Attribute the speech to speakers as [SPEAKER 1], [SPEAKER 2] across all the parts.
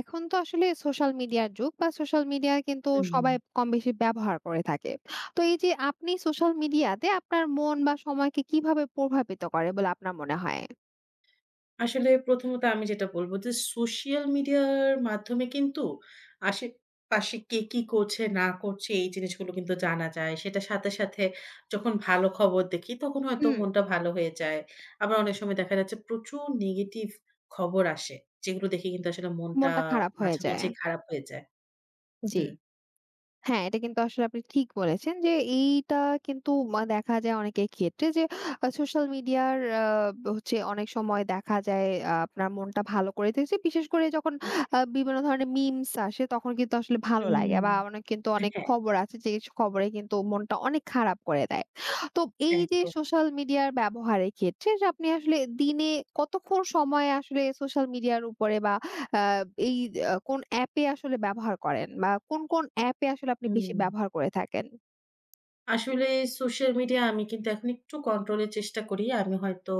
[SPEAKER 1] এখন তো আসলে সোশ্যাল মিডিয়ার যুগ বা সোশ্যাল মিডিয়া কিন্তু
[SPEAKER 2] হুম,
[SPEAKER 1] সবাই কম বেশি ব্যবহার করে থাকে। তো এই যে আপনি সোশ্যাল মিডিয়াতে আপনার মন বা সময়কে কিভাবে প্রভাবিত করে বলে আপনার মনে হয়?
[SPEAKER 2] আসলে প্রথমত আমি যেটা বলব যে সোশ্যাল মিডিয়ার মাধ্যমে কিন্তু আশেপাশে কে কি করছে না করছে এই জিনিসগুলো কিন্তু জানা যায়। সেটার সাথে, সাথে যখন ভালো খবর দেখি তখন হয়তো
[SPEAKER 1] হুম।
[SPEAKER 2] মনটা ভালো হয়ে যায়। আবার অনেক সময় দেখা যাচ্ছে প্রচুর নেগেটিভ খবর আসে। যেগুলো দেখে কিন্তু আসলে মনটা
[SPEAKER 1] মনটা খারাপ হয়ে
[SPEAKER 2] মাঝে,
[SPEAKER 1] যায়।
[SPEAKER 2] মাঝে খারাপ হয়ে যায়।
[SPEAKER 1] জি।
[SPEAKER 2] হুম,
[SPEAKER 1] হ্যাঁ, এটা কিন্তু আসলে আপনি ঠিক বলেছেন যে এইটা কিন্তু দেখা যায় অনেকের ক্ষেত্রে যে সোশ্যাল মিডিয়ার আ হচ্ছে অনেক সময় দেখা যায় আপনার মনটা ভালো করে দিয়েছে। বিশেষ করে যখন
[SPEAKER 2] জি।
[SPEAKER 1] বিভিন্ন ধরনের মিমস আসে তখন কিন্তু আসলে ভালো লাগে
[SPEAKER 2] হুম,
[SPEAKER 1] বা অনেক কিন্তু অনেক
[SPEAKER 2] হ্যাঁ,
[SPEAKER 1] খবর আছে যে খবরে কিন্তু মনটা অনেক খারাপ করে দেয়। তো এই যে
[SPEAKER 2] একদম।
[SPEAKER 1] সোশ্যাল মিডিয়ার ব্যবহারের ক্ষেত্রে যে আপনি আসলে দিনে কতক্ষণ সময় আসলে সোশ্যাল মিডিয়ার উপরে বা আ এই আ কোন অ্যাপে আসলে ব্যবহার করেন বা কোন, কোন অ্যাপে আসলে আপনি বেশি
[SPEAKER 2] হুম।
[SPEAKER 1] ব্যবহার করে থাকেন?
[SPEAKER 2] আসলে সোশ্যাল মিডিয়া আমি কিন্তু এখন একটু কন্ট্রোলের চেষ্টা করি। আমি হয়তো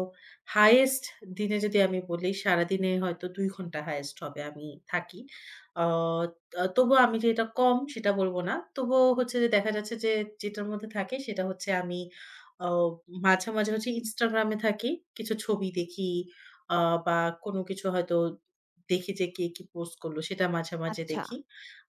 [SPEAKER 2] হাইয়েস্ট দিনে যদি আমি বলি, সারাদিনে হয়তো ২ ঘন্টা হাইয়েস্ট হবে আমি থাকি। আ আ তবুও আমি যে এটা কম সেটা বলব না। তবুও হচ্ছে যে দেখা যাচ্ছে যে যেটার মধ্যে থাকি সেটা হচ্ছে আমি আ মাঝে, মাঝে হচ্ছে Instagram এ থাকি। কিছু ছবি দেখি আ বা কোনো কিছু হয়তো দেখি যে কে কি পোস্ট করলো সেটা মাঝে, মাঝে
[SPEAKER 1] আচ্ছা।
[SPEAKER 2] দেখি।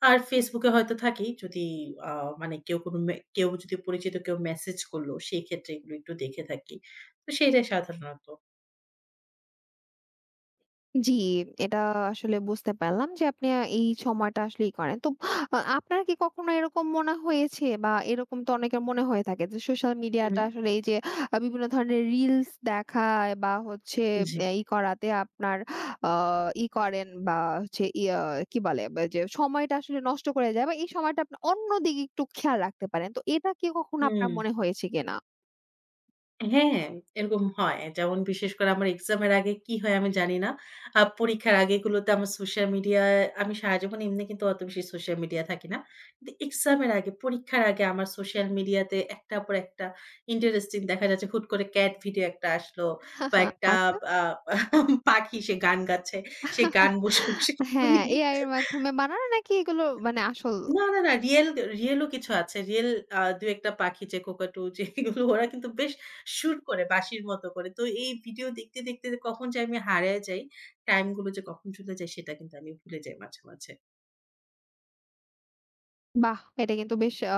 [SPEAKER 2] আর Facebook এ হয়তো থাকি যদি আ মানে কেউ কোনো কেউ যদি পরিচিত কেউ মেসেজ করল, সেই ক্ষেত্রে এগুলো একটু দেখে থাকি। তো সেটাই সাধারণত।
[SPEAKER 1] জি, এটা আসলে বুঝতে পারলাম যে আপনি এই সময়টা আসলেই করেন। তো আপনার কি কখনো এরকম মনে হয়েছে বা এরকম তো অনেকের মনে হয়ে থাকে যে সোশ্যাল
[SPEAKER 2] হুম,
[SPEAKER 1] মিডিয়াটা আসলে এই যে বিভিন্ন ধরনের রিলস দেখায় বা হচ্ছে
[SPEAKER 2] জি।
[SPEAKER 1] এ ই করাতে আপনার আ ই করেন বা হচ্ছে কি বলে বা যে সময়টা আসলে নষ্ট করে যায় বা এই সময়টা আপনি অন্যদিকে একটু খেয়াল রাখতে পারেন। তো এটা কি কখনো আপনার
[SPEAKER 2] হুম।
[SPEAKER 1] মনে হয়েছে কিনা?
[SPEAKER 2] হ্যাঁ, এরকম হয়। যেমন বিশেষ করে আমার এক্সামের আগে কি হয় আমি জানি না। পরীক্ষার আগেগুলোতে আমার সোশ্যাল মিডিয়ায় আমি সারাজীবন এমনি কিন্তু অত বেশি সোশ্যাল মিডিয়ায় থাকি না। কিন্তু এক্সামের আগে, পরীক্ষার আগে আমার সোশ্যাল মিডিয়াতে একটার পর একটা ইন্টারেস্টিং দেখা যাচ্ছে হুট করে ক্যাট ভিডিও একটা আসলো বা একটা
[SPEAKER 1] আচ্ছা।
[SPEAKER 2] আ পাখি সে গান গাচ্ছে। সে গান বসে, বসে শুনি।
[SPEAKER 1] হ্যাঁ, AI এর মাধ্যমে বানানো নাকি এগুলো মানে আসল।
[SPEAKER 2] না, না, না, রিয়েলও কিছু আছে। রিয়েল আ ২-১ টা পাখি যে কোকাটু যেগুলো ওরা কিন্তু বেশ সুর করে বাঁশির মতো করে। তো এই ভিডিও দেখতে, দেখতে যে কখন যে আমি হারায় যাই, টাইম গুলো যে কখন চলে যায় সেটা কিন্তু আমি ভুলে যাই মাঝে, মাঝে।
[SPEAKER 1] বাহ! এটা কিন্তু বেশ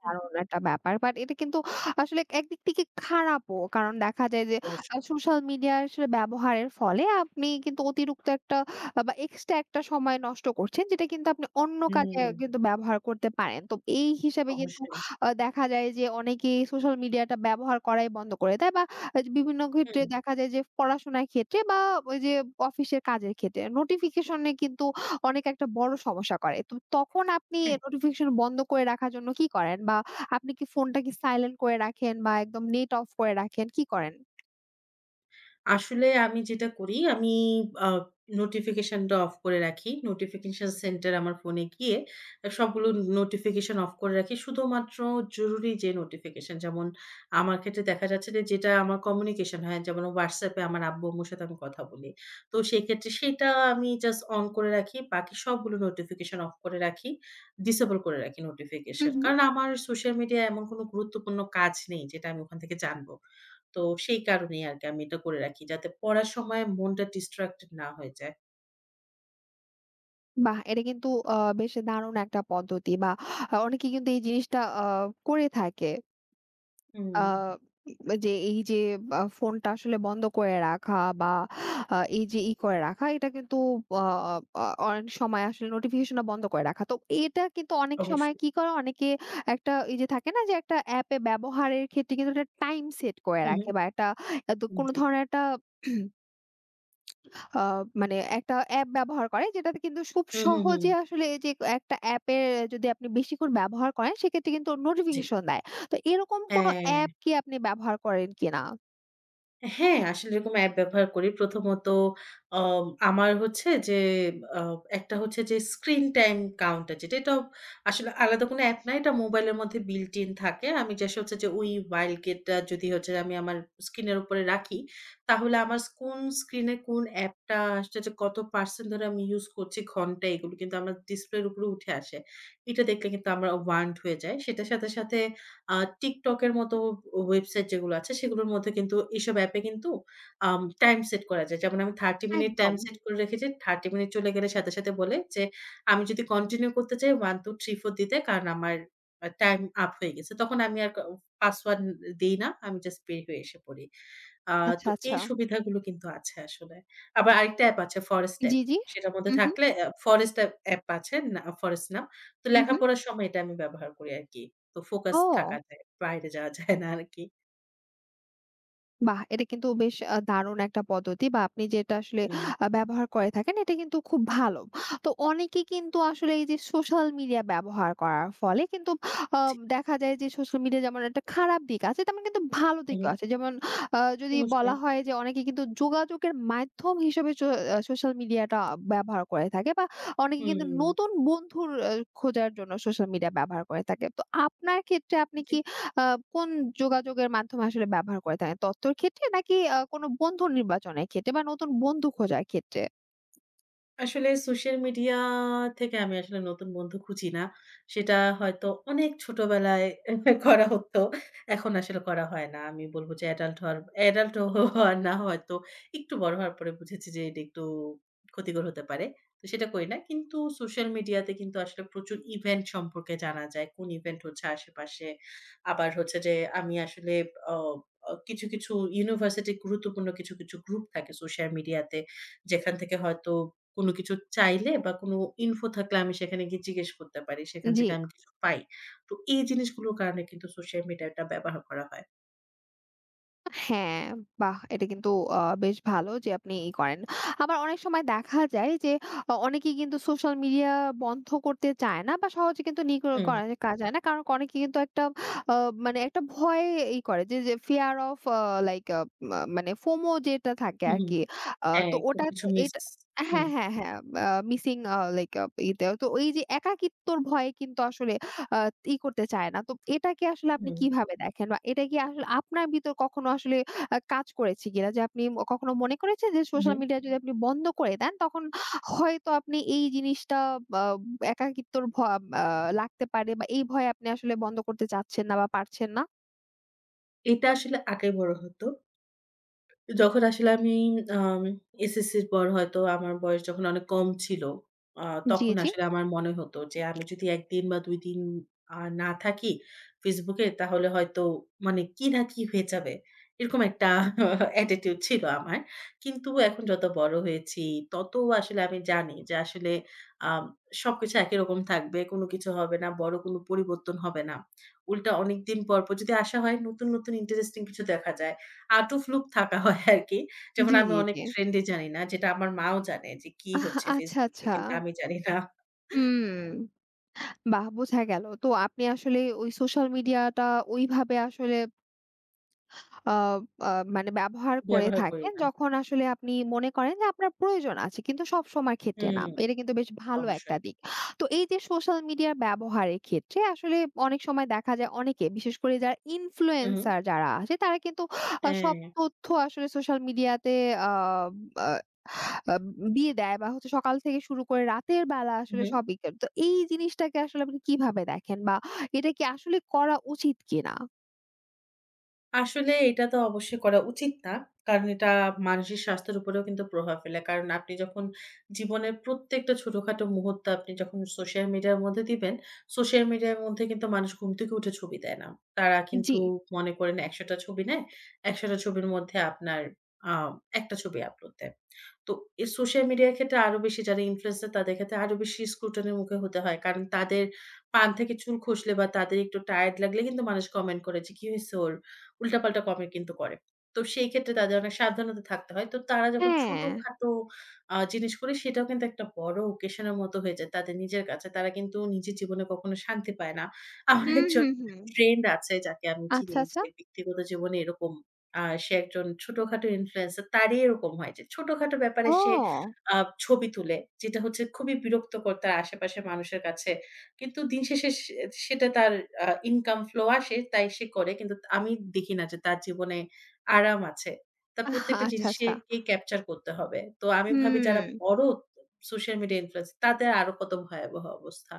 [SPEAKER 1] দারুণ একটা ব্যাপার। বাট এটা কিন্তু আসলে একদিক থেকে খারাপও। কারণ দেখা যায় যে
[SPEAKER 2] অবশ্যই।
[SPEAKER 1] সোশ্যাল মিডিয়ার আসলে ব্যবহারের ফলে আপনি কিন্তু অতিরিক্ত একটা বা এক্সট্রা একটা সময় নষ্ট করছেন। যেটা কিন্তু আপনি অন্য কাজে
[SPEAKER 2] হুম,
[SPEAKER 1] কিন্তু ব্যবহার করতে পারেন। তো এই হিসাবে কিন্তু
[SPEAKER 2] অবশ্যই।
[SPEAKER 1] দেখা যায় যে অনেকেই সোশ্যাল মিডিয়াটা ব্যবহার করাই বন্ধ করে দেয় বা বিভিন্ন
[SPEAKER 2] হুম,
[SPEAKER 1] ক্ষেত্রে দেখা যায় যে পড়াশোনার ক্ষেত্রে বা ওই যে অফিসের কাজের ক্ষেত্রে নোটিফিকেশন এ কিন্তু অনেক একটা বড় সমস্যা করে। তো তখন আপনি
[SPEAKER 2] হ্যাঁ।
[SPEAKER 1] নোটিফিকেশন বন্ধ করে রাখার জন্য কি করেন? বা আপনি কি ফোনটা কি সাইলেন্ট করে রাখেন বা একদম নেট অফ করে রাখেন, কি করেন?
[SPEAKER 2] আসলে আমি যেটা করি আমি আ নোটিফিকেশনটা অফ করে রাখি। নোটিফিকেশন সেন্টার আমার ফোনে গিয়ে সবগুলো নোটিফিকেশন অফ করে রাখি। শুধুমাত্র জরুরি যে নোটিফিকেশন যেমন আমার ক্ষেত্রে দেখা যাচ্ছে যে যেটা আমার কমিউনিকেশন হয় যেমন WhatsApp এ আমার আব্বু-আম্মুর সাথে আমি কথা বলি। তো সেক্ষেত্রে সেটা আমি জাস্ট অন করে রাখি। বাকি সবগুলো নোটিফিকেশন অফ করে রাখি। ডিসেবল করে রাখি
[SPEAKER 1] হু,
[SPEAKER 2] নোটিফিকেশন।
[SPEAKER 1] হু।
[SPEAKER 2] কারণ আমার সোশ্যাল মিডিয়ায় এমন কোনো গুরুত্বপূর্ণ কাজ নেই যেটা আমি ওখান থেকে জানব। তো সেই কারণেই আরকি আমি এটা করে রাখি। যাতে পড়ার সময় মনটা distracted না হয়ে যায়।
[SPEAKER 1] বাহ! এটা কিন্তু আ বেশ দারুণ একটা পদ্ধতি বা অনেকে কিন্তু এই জিনিসটা করে থাকে।
[SPEAKER 2] হুম,
[SPEAKER 1] আ যে এই যে ফোনটা আসলে বন্ধ করে রাখা বা এই যে করে রাখা এটা কিন্তু আ আ অনেক সময় আসলে নোটিফিকেশনটা বন্ধ করে রাখা। তো এটা কিন্তু অনেক সময়
[SPEAKER 2] অবশ্যই।
[SPEAKER 1] কি করে অনেকে একটা এই যে থাকে না যে একটা অ্যাপে ব্যবহারের ক্ষেত্রে কিন্তু একটা টাইম সেট করে
[SPEAKER 2] হু, হু।
[SPEAKER 1] রাখে বা একটা এত কোনো
[SPEAKER 2] জি।
[SPEAKER 1] ধরনের একটা আ মানে একটা অ্যাপ ব্যবহার করে যেটাতে কিন্তু খুব
[SPEAKER 2] হু, হু, হু।
[SPEAKER 1] সহজে আসলে এই যে একটা অ্যাপের যদি আপনি বেশি করে ব্যবহার করেন সেক্ষেত্রে কিন্তু
[SPEAKER 2] জি।
[SPEAKER 1] নোটিফিকেশন দেয়। তো এরকম কোনো
[SPEAKER 2] হ্যাঁ।
[SPEAKER 1] অ্যাপ কি আপনি ব্যবহার করেন কিনা?
[SPEAKER 2] হ্যাঁ, আসলে এরকম অ্যাপ ব্যবহার করি। প্রথমত আমার হচ্ছে যে আ একটা হচ্ছে যে স্ক্রিন টাইম কাউন্টার যেটা এটাও আসলে আলাদা কোনো অ্যাপ নাই। এটা মোবাইলের মধ্যে built in থাকে। আমি জাস্ট হচ্ছে যে ওই ওয়াইল্ডগেটটা যদি হচ্ছে আমি আমার স্ক্রিনের উপরে রাখি, তাহলে আমার কোন স্ক্রিনে কোন অ্যাপটা আসছে যে কত% ধরে আমি ইউজ করছি ঘন্টা এগুলো কিন্তু আমার ডিসপ্লের উপরে উঠে আসে। এটা দেখলে কিন্তু আমার ওয়ার্মড হয়ে যায়। সেটার সাথে, সাথে আ TikTok এর মতো ওয়েবসাইট যেগুলো আছে সেগুলোর মধ্যে কিন্তু এসব অ্যাপে কিন্তু টাইম সেট করা যায়। যেমন আমি ৩০ মিনিট টাইম
[SPEAKER 1] একদম।
[SPEAKER 2] সেট করে রেখেছি। ৩০ মিনিট চলে গেলে সাথে, সাথে বলে যে আমি যদি কন্টিনিউ করতে চাই ১ ২ ৩ ৪ দিতে কারণ আমার টাইম আপ হয়ে গেছে। তখন আমি আর পাসওয়ার্ড দেই না। আমি জাস্ট বের হয়ে এসে পড়ি। আ
[SPEAKER 1] আচ্ছা,
[SPEAKER 2] তো এই
[SPEAKER 1] আচ্ছা।
[SPEAKER 2] সুবিধাগুলো কিন্তু আছে আসলে। আবার আরেকটা অ্যাপ আছে ফরেস্ট অ্যাপ।
[SPEAKER 1] জি, জি।
[SPEAKER 2] সেটার মধ্যে
[SPEAKER 1] হু, হু,
[SPEAKER 2] থাকলে ফরেস্ট অ্যাপ অ্যাপ আছে, না ফরেস্ট নাম। তো
[SPEAKER 1] হু, হু।
[SPEAKER 2] লেখাপড়ার সময় এটা আমি ব্যবহার করি আরকি। তো ফোকাস থাকা
[SPEAKER 1] ও!
[SPEAKER 2] যায়। বাইরে যাওয়া যায় না আরকি।
[SPEAKER 1] বাহ! এটা কিন্তু বেশ দারুণ একটা পদ্ধতি বা আপনি যেটা আসলে
[SPEAKER 2] হুম,
[SPEAKER 1] ব্যবহার করে থাকেন এটা কিন্তু খুব ভালো। তো অনেকে কিন্তু আসলে এই যে সোশ্যাল মিডিয়া ব্যবহার করার ফলে কিন্তু আ
[SPEAKER 2] জি।
[SPEAKER 1] দেখা যায় যে সোশ্যাল মিডিয়া যেমন একটা খারাপ দিক আছে তেমন কিন্তু ভালো
[SPEAKER 2] হুম,
[SPEAKER 1] দিকও আছে। যেমন যদি
[SPEAKER 2] অবশ্যই।
[SPEAKER 1] বলা হয় যে অনেকে কিন্তু যোগাযোগের মাধ্যম হিসেবে সো আ সোশ্যাল মিডিয়াটা ব্যবহার করে থাকে বা অনেকে কিন্তু
[SPEAKER 2] হুম,
[SPEAKER 1] নতুন বন্ধুর খোঁজার জন্য সোশ্যাল মিডিয়া ব্যবহার করে থাকে। তো আপনার ক্ষেত্রে আপনি
[SPEAKER 2] জি।
[SPEAKER 1] কি আ কোন যোগাযোগের মাধ্যমে আসলে ব্যবহার করে থাকেন? তথ্যর ক্ষেত্রে নাকি কোনো বন্ধু নির্বাচনের ক্ষেত্রে বা নতুন বন্ধু খোঁজার ক্ষেত্রে?
[SPEAKER 2] আসলে সোশ্যাল মিডিয়া থেকে আমি আসলে নতুন বন্ধু খুঁজি না। সেটা হয়তো অনেক ছোটবেলায় করা হতো। এখন আসলে করা হয় না। আমি বলব যে অ্যাডাল্ট হওয়া না হয়তো একটু বড় হওয়ার পরে বুঝেছি যে এটা একটু ক্ষতিকর হতে পারে। তো সেটা করি না। কিন্তু সোশ্যাল মিডিয়াতে কিন্তু আসলে প্রচুর ইভেন্ট সম্পর্কে জানা যায়। কোন ইভেন্ট হচ্ছে আশেপাশে। আবার হচ্ছে যে আমি আসলে অ অ কিছু, কিছু ইউনিভার্সিটির গুরুত্বপূর্ণ কিছু, কিছু গ্রুপ থাকে সোশ্যাল মিডিয়াতে। যেখান থেকে হয়তো কোনো কিছু চাইলে বা কোনো ইনফো থাকলে আমি সেখানে গিয়ে জিজ্ঞেস করতে পারি। সেখান
[SPEAKER 1] জি।
[SPEAKER 2] থেকে আমি কিছু পাই। তো এই জিনিসগুলোর কারণে কিন্তু সোশ্যাল মিডিয়াটা ব্যবহার করা হয়।
[SPEAKER 1] হ্যাঁ, বাহ! এটা কিন্তু আ বেশ ভালো যে আপনি করেন। আবার অনেক সময় দেখা যায় যে অনেকেই কিন্তু সোশ্যাল মিডিয়া বন্ধ করতে চায় না বা সহজে কিন্তু নিগ্রহ
[SPEAKER 2] হুম,
[SPEAKER 1] করা যায় না। কারণ অনেকে কিন্তু একটা আ মানে একটা ভয়ে করে যে, যে ফিয়ার অফ লাইক মানে ফোমো যেটা থাকে
[SPEAKER 2] হুম, হুম।
[SPEAKER 1] আরকি। তো
[SPEAKER 2] হ্যাঁ, কোনো
[SPEAKER 1] ওটাতে
[SPEAKER 2] কিছু মিস।
[SPEAKER 1] এটা।
[SPEAKER 2] হুম,
[SPEAKER 1] হ্যাঁ, হ্যাঁ, হ্যাঁ। মিসিং লাইক ইতে তো এই যে একাকিত্বর ভয়ে কিন্তু আসলে আ ই করতে চায় না। তো এটাকে আসলে আপনি
[SPEAKER 2] হুম,
[SPEAKER 1] কিভাবে দেখেন? বা এটা কি আসলে আপনার ভিতর কখনো আসলে কাজ করেছে কিনা? যে আপনি কখনো মনে করেছেন যে সোশ্যাল
[SPEAKER 2] হুম।
[SPEAKER 1] মিডিয়া যদি আপনি বন্ধ করে দেন তখন হয়তো আপনি এই জিনিসটা বা একাকিত্বর ভ আ লাগতে পারে বা এই ভয়ে আপনি আসলে বন্ধ করতে চাচ্ছেন না বা পারছেন না?
[SPEAKER 2] এটা আসলে আগে বড় হতো। যখন আসলে আমি আম এসএসসির পর হয়তো আমার বয়স যখন অনেক কম ছিল, আ
[SPEAKER 1] জি,
[SPEAKER 2] তখন
[SPEAKER 1] জি।
[SPEAKER 2] আসলে আমার মনে হতো যে আমি যদি ১ দিন বা ২ দিন না থাকি Facebook এ তাহলে হয়তো মানে কি না কি হয়ে যাবে। এরকম একটা attitude ছিল আমার। কিন্তু এখন যত বড় হয়েছি তত আসলে আমি জানি যে আসলে আম সবকিছু একই রকম থাকবে। কোনো কিছু হবে না, বড় কোনো পরিবর্তন হবে না। উল্টা অনেকদিন পর, পর যদি আসা হয় নতুন, নতুন ইন্টারেস্টিং কিছু দেখা যায়। out of loop থাকা হয় আরকি। যেমন
[SPEAKER 1] জি,
[SPEAKER 2] আমি
[SPEAKER 1] জি,
[SPEAKER 2] অনেক
[SPEAKER 1] জি।
[SPEAKER 2] ট্রেন্ডই জানি না। যেটা আমার মাও জানে যে কি
[SPEAKER 1] আহ
[SPEAKER 2] হচ্ছে
[SPEAKER 1] আচ্ছা,
[SPEAKER 2] Facebook এ।
[SPEAKER 1] আচ্ছা।
[SPEAKER 2] কিন্তু আমি জানি না।
[SPEAKER 1] হুম। বাহ! বোঝা গেল। তো আপনি আসলে ওই সোশ্যাল মিডিয়াটা ওইভাবে আসলে আ আ মানে ব্যবহার করে
[SPEAKER 2] ব্যবহার করি
[SPEAKER 1] থাকেন
[SPEAKER 2] না।
[SPEAKER 1] যখন আসলে আপনি মনে করেন যে আপনার প্রয়োজন আছে কিন্তু সব সময়ের ক্ষেত্রে না।
[SPEAKER 2] হুম,
[SPEAKER 1] এটা কিন্তু বেশ ভালো একটা
[SPEAKER 2] অবশ্যই।
[SPEAKER 1] দিক। তো এই যে সোশ্যাল মিডিয়ার ব্যবহারের ক্ষেত্রে আসলে অনেক সময় দেখা যায় অনেকে বিশেষ করে যারা
[SPEAKER 2] হু, হু।
[SPEAKER 1] ইনফ্লুয়েন্সার যারা আছে তারা কিন্তু সব
[SPEAKER 2] হ্যাঁ।
[SPEAKER 1] তথ্য আসলে সোশ্যাল মিডিয়াতে আ আ আব দিয়ে দেয় বা হচ্ছে সকাল থেকে শুরু করে রাতের বেলা
[SPEAKER 2] হু,
[SPEAKER 1] আসলে
[SPEAKER 2] হু।
[SPEAKER 1] সবই কে তো এই জিনিসটাকে আসলে আপনি কিভাবে দেখেন বা এটা কি আসলে করা উচিত কিনা?
[SPEAKER 2] আসলে এটা তো অবশ্যই করা উচিত না। কারণ এটা মানসিক স্বাস্থ্যের উপরেও কিন্তু প্রভাব ফেলে। কারণ আপনি যখন জীবনের প্রত্যেকটা ছোটখাটো মুহূর্ত আপনি যখন সোশ্যাল মিডিয়ার মধ্যে দিবেন, সোশ্যাল মিডিয়ার মধ্যে কিন্তু মানুষ ঘুম থেকে উঠে ছবি দেয় না। তারা
[SPEAKER 1] জি।
[SPEAKER 2] কিন্তু মনে করেন ১০০ টা ছবি নেয়। ১০০ টা ছবির মধ্যে আপনার আ ১ টা ছবি আপলোড দেয়। তো এই সোশ্যাল মিডিয়ার ক্ষেত্রে আরো বেশি যারা ইনফ্লুয়েন্সার তাদের ক্ষেত্রে আরো বেশি স্ক্রুটনির মুখে হতে হয়। কারণ তাদের পান থেকে চুল খসলে বা তাদের একটু টায়ার্ড লাগলে কিন্তু মানুষ কমেন্ট করে যে, "কি হইছে ওর?" উল্টাপাল্টা কমেন্ট কিন্তু করে। তো সেই ক্ষেত্রে তাদের অনেক সাবধানতা থাকতে হয়। তো তারা যখন
[SPEAKER 1] হ্যাঁ।
[SPEAKER 2] ছোটখাটো জিনিস করে সেটাও কিন্তু একটা বড় ওকেশন এর মতো হয়ে যায় তাদের নিজের কাছে। তারা কিন্তু নিজের জীবনে কখনো শান্তি পায় না। আমার
[SPEAKER 1] হুম,
[SPEAKER 2] একজন
[SPEAKER 1] হুম, হুম।
[SPEAKER 2] ফ্রেন্ড আছে যাকে আমি চিনি
[SPEAKER 1] আচ্ছা, আচ্ছা।
[SPEAKER 2] যে ব্যক্তিগত জীবনে এরকম আ সে একজন ছোটখাটো ইনফ্লুয়েন্সার। তারই এরকম হয় যে ছোটখাটো ব্যাপারে সে
[SPEAKER 1] ও!
[SPEAKER 2] আ ছবি তুলে। যেটা হচ্ছে খুবই বিরক্তকর তার আশেপাশের মানুষের কাছে। কিন্তু দিন শেষে সে সেটা তার ইনকাম ফ্লো আসে তাই সে করে। কিন্তু আমি দেখি না যে তার জীবনে আরাম আছে। তার প্রত্যেকটা
[SPEAKER 1] আচ্ছা, আচ্ছা।
[SPEAKER 2] জিনিসকেই ক্যাপচার করতে হবে। তো আমি ভাবি যারা
[SPEAKER 1] হুম।
[SPEAKER 2] বড় সোশ্যাল মিডিয়া ইনফ্লুয়েন্স তাদের আরো কত ভয়াবহ অবস্থা।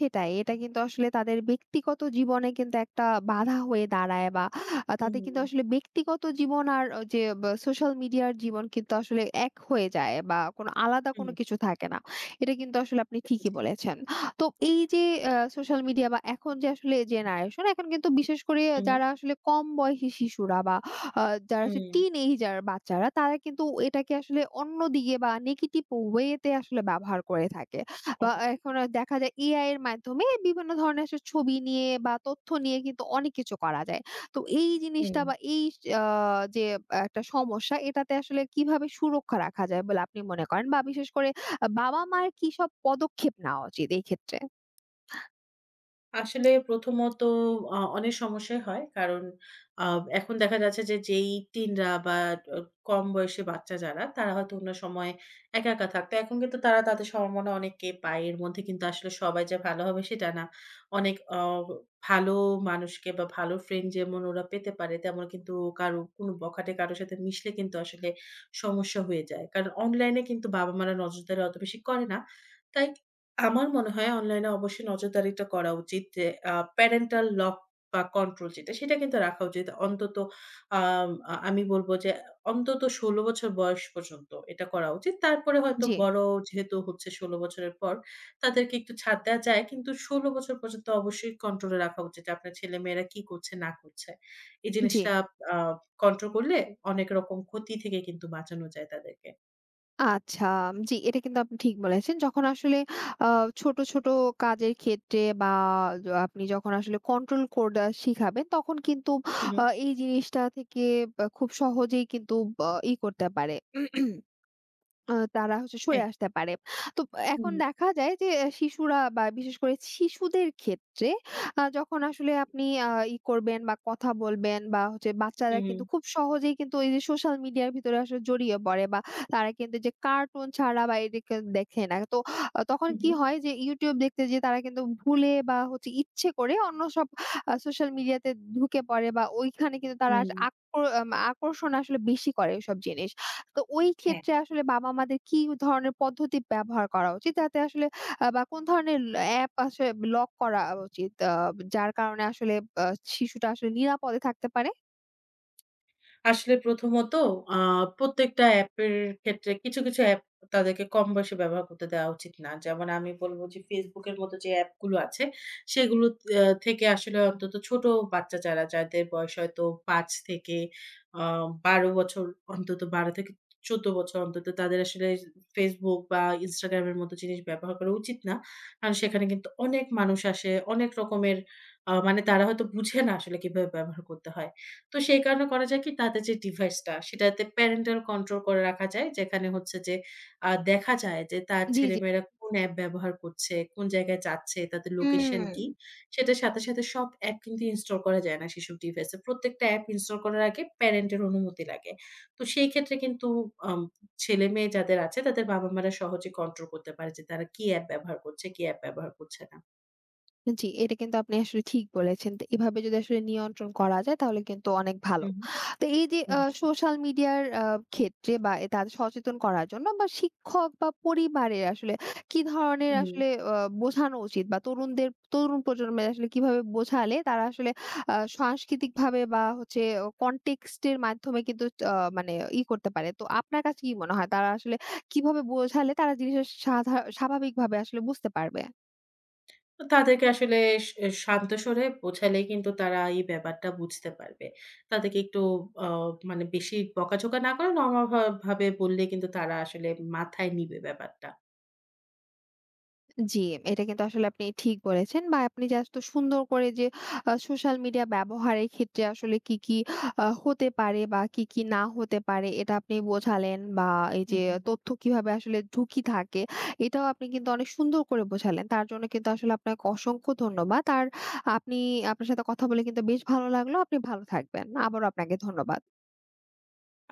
[SPEAKER 1] সেটাই। এটা কিন্তু আসলে তাদের ব্যক্তিগত জীবনে কিন্তু একটা বাধা হয়ে দাঁড়ায় বা
[SPEAKER 2] হুম।
[SPEAKER 1] তাতে কিন্তু আসলে ব্যক্তিগত জীবন আর যে বা সোশ্যাল মিডিয়ার জীবন কিন্তু আসলে এক হয়ে যায় বা কোনো আলাদা কোনো
[SPEAKER 2] হুম,
[SPEAKER 1] কিছু থাকে না। এটা কিন্তু আসলে আপনি
[SPEAKER 2] হুম,
[SPEAKER 1] ঠিকই
[SPEAKER 2] জি।
[SPEAKER 1] বলেছেন। তো এই যে সোশ্যাল মিডিয়া বা এখন যে আসলে জেনারেশন, এখন কিন্তু বিশেষ করে
[SPEAKER 2] হুম,
[SPEAKER 1] যারা আসলে কম বয়সী শিশুরা বা আ যারা হচ্ছে
[SPEAKER 2] হুম।
[SPEAKER 1] টিনেজার বাচ্চারা, তারা কিন্তু এটাকে আসলে অন্যদিকে বা নেগেটিভ ওয়েতে আসলে ব্যবহার করে থাকে। বা
[SPEAKER 2] অব
[SPEAKER 1] এখন আর দেখা যায় এআই এর মাধ্যমে বিভিন্ন ধরনের আসলে ছবি নিয়ে বা তথ্য নিয়ে কিন্তু অনেক কিছু করা যায়। তো এই জিনিসটা
[SPEAKER 2] হুম।
[SPEAKER 1] বা এই আ যে একটা সমস্যা এটাতে আসলে কিভাবে সুরক্ষা রাখা যায় বলে আপনি মনে করেন? বা বিশেষ করে বাবা-মার কি সব পদক্ষেপ নেওয়া উচিত এই ক্ষেত্রে?
[SPEAKER 2] আসলে প্রথমত অনেক সমস্যাই হয়। কারণ আ এখন দেখা যাচ্ছে যে, যেই টিনরা বা অ কম বয়সী বাচ্চা যারা, তারা হয়তো অন্য সময় একা, একা থাকতো। এখন কিন্তু তারা তাদের সম্ভাবনা অনেককে পায়। এর মধ্যে কিন্তু আসলে সবাই যে ভালো হবে সেটা না। অনেক ভালো মানুষকে বা ভালো ফ্রেন্ড যেমন ওরা পেতে পারে, তেমন কিন্তু কারো কোনো বখাটে কারো সাথে মিশলে কিন্তু আসলে সমস্যা হয়ে যায়। কারণ অনলাইনে কিন্তু বাবা-মারা নজরদারি অত বেশি করে না। তাই আমার মনে হয় অনলাইনে অবশ্যই নজরদারিটা করা উচিত যে আ প্যারেন্টাল লক বা কন্ট্রোল যেটা সেটা কিন্তু রাখা উচিত। অন্তত আম আ আমি বলব যে অন্তত ১৬ বছর বয়স পর্যন্ত এটা করা উচিত। তারপরে হয়তো
[SPEAKER 1] জি,
[SPEAKER 2] বড় যেহেতু হচ্ছে ১৬ বছরের পর তাদেরকে একটু ছাড় দেওয়া যায়। কিন্তু ১৬ বছর পর্যন্ত অবশ্যই কন্ট্রোলে রাখা উচিত যে আপনার ছেলেমেয়েরা কি করছে না করছে। এই
[SPEAKER 1] জি।
[SPEAKER 2] জিনিসটা আ কন্ট্রোল করলে অনেক রকম ক্ষতি থেকে কিন্তু বাঁচানো যায় তাদেরকে।
[SPEAKER 1] আচ্ছা, জি এটা কিন্তু আপনি ঠিক বলেছেন। যখন আসলে আ ছোট, ছোট কাজের ক্ষেত্রে বা আপনি যখন আসলে কন্ট্রোল করা শিখাবেন তখন কিন্তু
[SPEAKER 2] হু, হু।
[SPEAKER 1] এই জিনিসটা থেকে বা খুব সহজেই কিন্তু বা করতে পারে। তারা হচ্ছে সরে
[SPEAKER 2] হ্যাঁ।
[SPEAKER 1] আসতে পারে। তো এখন
[SPEAKER 2] হুম,
[SPEAKER 1] দেখা যায় যে শিশুরা বা বিশেষ করে শিশুদের ক্ষেত্রে যখন আসলে আপনি আ ই করবেন বা কথা বলবেন বা হচ্ছে বাচ্চারা
[SPEAKER 2] হুম, হুম,
[SPEAKER 1] কিন্তু খুব সহজেই কিন্তু ওই যে সোশ্যাল মিডিয়ার ভিতরে আসলে জড়িয়ে পড়ে বা তারা কিন্তু যে কার্টুন ছাড়া বা এদিকে দেখে না। তো তখন
[SPEAKER 2] হুম,
[SPEAKER 1] কি
[SPEAKER 2] হুম।
[SPEAKER 1] হয় যে YouTube দেখতে যেয়ে তারা কিন্তু ভুলে বা হচ্ছে ইচ্ছে করে অন্য সব সোশ্যাল মিডিয়াতে ঢুকে পড়ে বা ওইখানে কিন্তু তারা
[SPEAKER 2] হুম,
[SPEAKER 1] আস আকর আম আকর্ষণ আসলে বেশি করে ওইসব জিনিস। তো ওই
[SPEAKER 2] হ্যাঁ।
[SPEAKER 1] ক্ষেত্রে আসলে বাবা-মাদের কি ধরনের পদ্ধতি ব্যবহার করা উচিত? যাতে আসলে বা কোন ধরনের অ্যাপ আসলে লক করা উচিত? যার কারণে আসলে আ শিশুটা আসলে নিরাপদে থাকতে পারে?
[SPEAKER 2] আসলে প্রথমত আ প্রত্যেকটা অ্যাপের ক্ষেত্রে কিছু, কিছু অ্যাপ তাদেরকে কম বয়সে ব্যবহার করতে দেওয়া উচিত না। যেমন আমি বলব যে Facebook এর মতো যে অ্যাপগুলো আছে সেগুলো থেকে আসলে অন্তত ছোট বাচ্চা যারা যাদের বয়স হয়তো ৫ থেকে আ ১২ বছর অন্তত ১২ থেকে ১৪ বছর অন্তত তাদের আসলে Facebook বা Instagram এর মতো জিনিস ব্যবহার করা উচিত না। কারণ সেখানে কিন্তু অনেক মানুষ আসে, অনেক রকমের মানে তারা হয়তো বুঝে না আসলে কিভাবে ব্যবহার করতে হয়। তো সেই কারণে করা যায় কি তাদের যে ডিভাইসটা সেটাতে প্যারেন্টাল কন্ট্রোল করে রাখা যায়। যেখানে হচ্ছে যে দেখা যায় যে তার
[SPEAKER 1] জি, জি।
[SPEAKER 2] ছেলেমেয়েরা কোন অ্যাপ ব্যবহার করছে, কোন জায়গায় যাচ্ছে, তাদের লোকেশন
[SPEAKER 1] হুম।
[SPEAKER 2] কি। সেটার সাথে, সাথে সব অ্যাপ কিন্তু ইনস্টল করা যায় না সেসব ডিভাইসে। প্রত্যেকটা অ্যাপ ইনস্টল করার আগে প্যারেন্টের অনুমতি লাগে। তো সেই ক্ষেত্রে কিন্তু আম ছেলেমেয়ে যাদের আছে তাদের বাবা-মারা সহজে কন্ট্রোল করতে পারে যে তারা কি অ্যাপ ব্যবহার করছে, কি অ্যাপ ব্যবহার করছে না।
[SPEAKER 1] জি, এটা কিন্তু আপনি আসলে ঠিক বলেছেন। তো এভাবে যদি আসলে নিয়ন্ত্রণ করা যায় তাহলে কিন্তু অনেক
[SPEAKER 2] হু,
[SPEAKER 1] ভালো।
[SPEAKER 2] হু।
[SPEAKER 1] তো এই যে
[SPEAKER 2] অবশ্যই।
[SPEAKER 1] সোশ্যাল মিডিয়ার ক্ষেত্রে বা তাদের সচেতন করার জন্য বা শিক্ষক বা পরিবারের আসলে কি ধরনের
[SPEAKER 2] হুম।
[SPEAKER 1] আসলে আ বোঝানো উচিত বা তরুণ প্রজন্মের আসলে কিভাবে বোঝালে তারা আসলে সাংস্কৃতিকভাবে বা হচ্ছে কনটেক্সট এর মাধ্যমে কিন্তু মানে করতে পারে। তো আপনার কাছে কি মনে হয় তারা আসলে কিভাবে বোঝালে তারা জিনিসটা স্বাভাবিকভাবে আসলে বুঝতে পারবে?
[SPEAKER 2] তাদেরকে আসলে স শান্ত স্বরে বোঝালেই কিন্তু তারা এই ব্যাপারটা বুঝতে পারবে। তাদেরকে একটু আ মানে বেশি বকাঝকা না করে নরমাল ভাবে বললে কিন্তু তারা আসলে মাথায় নিবে ব্যাপারটা।
[SPEAKER 1] জি, এটা কিন্তু আসলে আপনি ঠিক বলেছেন বা আপনি জাস্ট তো সুন্দর করে যে সোশ্যাল মিডিয়া ব্যবহারের ক্ষেত্রে আসলে কি, কি হতে পারে বা কি, কি না হতে পারে এটা আপনি বোঝালেন বা এই
[SPEAKER 2] হুম,
[SPEAKER 1] যে
[SPEAKER 2] হুম।
[SPEAKER 1] তথ্য কিভাবে আসলে ঝুঁকি থাকে এটাও আপনি কিন্তু অনেক সুন্দর করে বোঝালেন। তার জন্য কিন্তু আসলে আপনাকে অসংখ্য ধন্যবাদ। আর আপনি আপনার সাথে কথা বলে কিন্তু বেশ ভালো লাগলো। আপনি ভালো থাকবেন। আবারও আপনাকে ধন্যবাদ।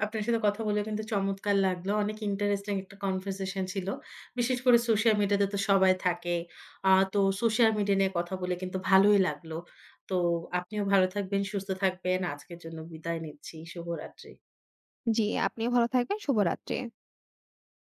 [SPEAKER 2] আপনার সাথে কথা বলে কিন্তু চমৎকার লাগলো। অনেক ইন্টারেস্টিং একটা কনভারসেশন ছিল। বিশেষ করে সোশ্যাল মিডিয়াতে তো সবাই থাকে। তো সোশ্যাল মিডিয়া নিয়ে কথা বলে কিন্তু ভালোই লাগলো। তো আপনিও ভালো থাকবেন, সুস্থ থাকবেন। আজকের জন্য বিদায় নিচ্ছি। শুভরাত্রি।
[SPEAKER 1] জি, আপনিও ভালো থাকবেন। শুভরাত্রি।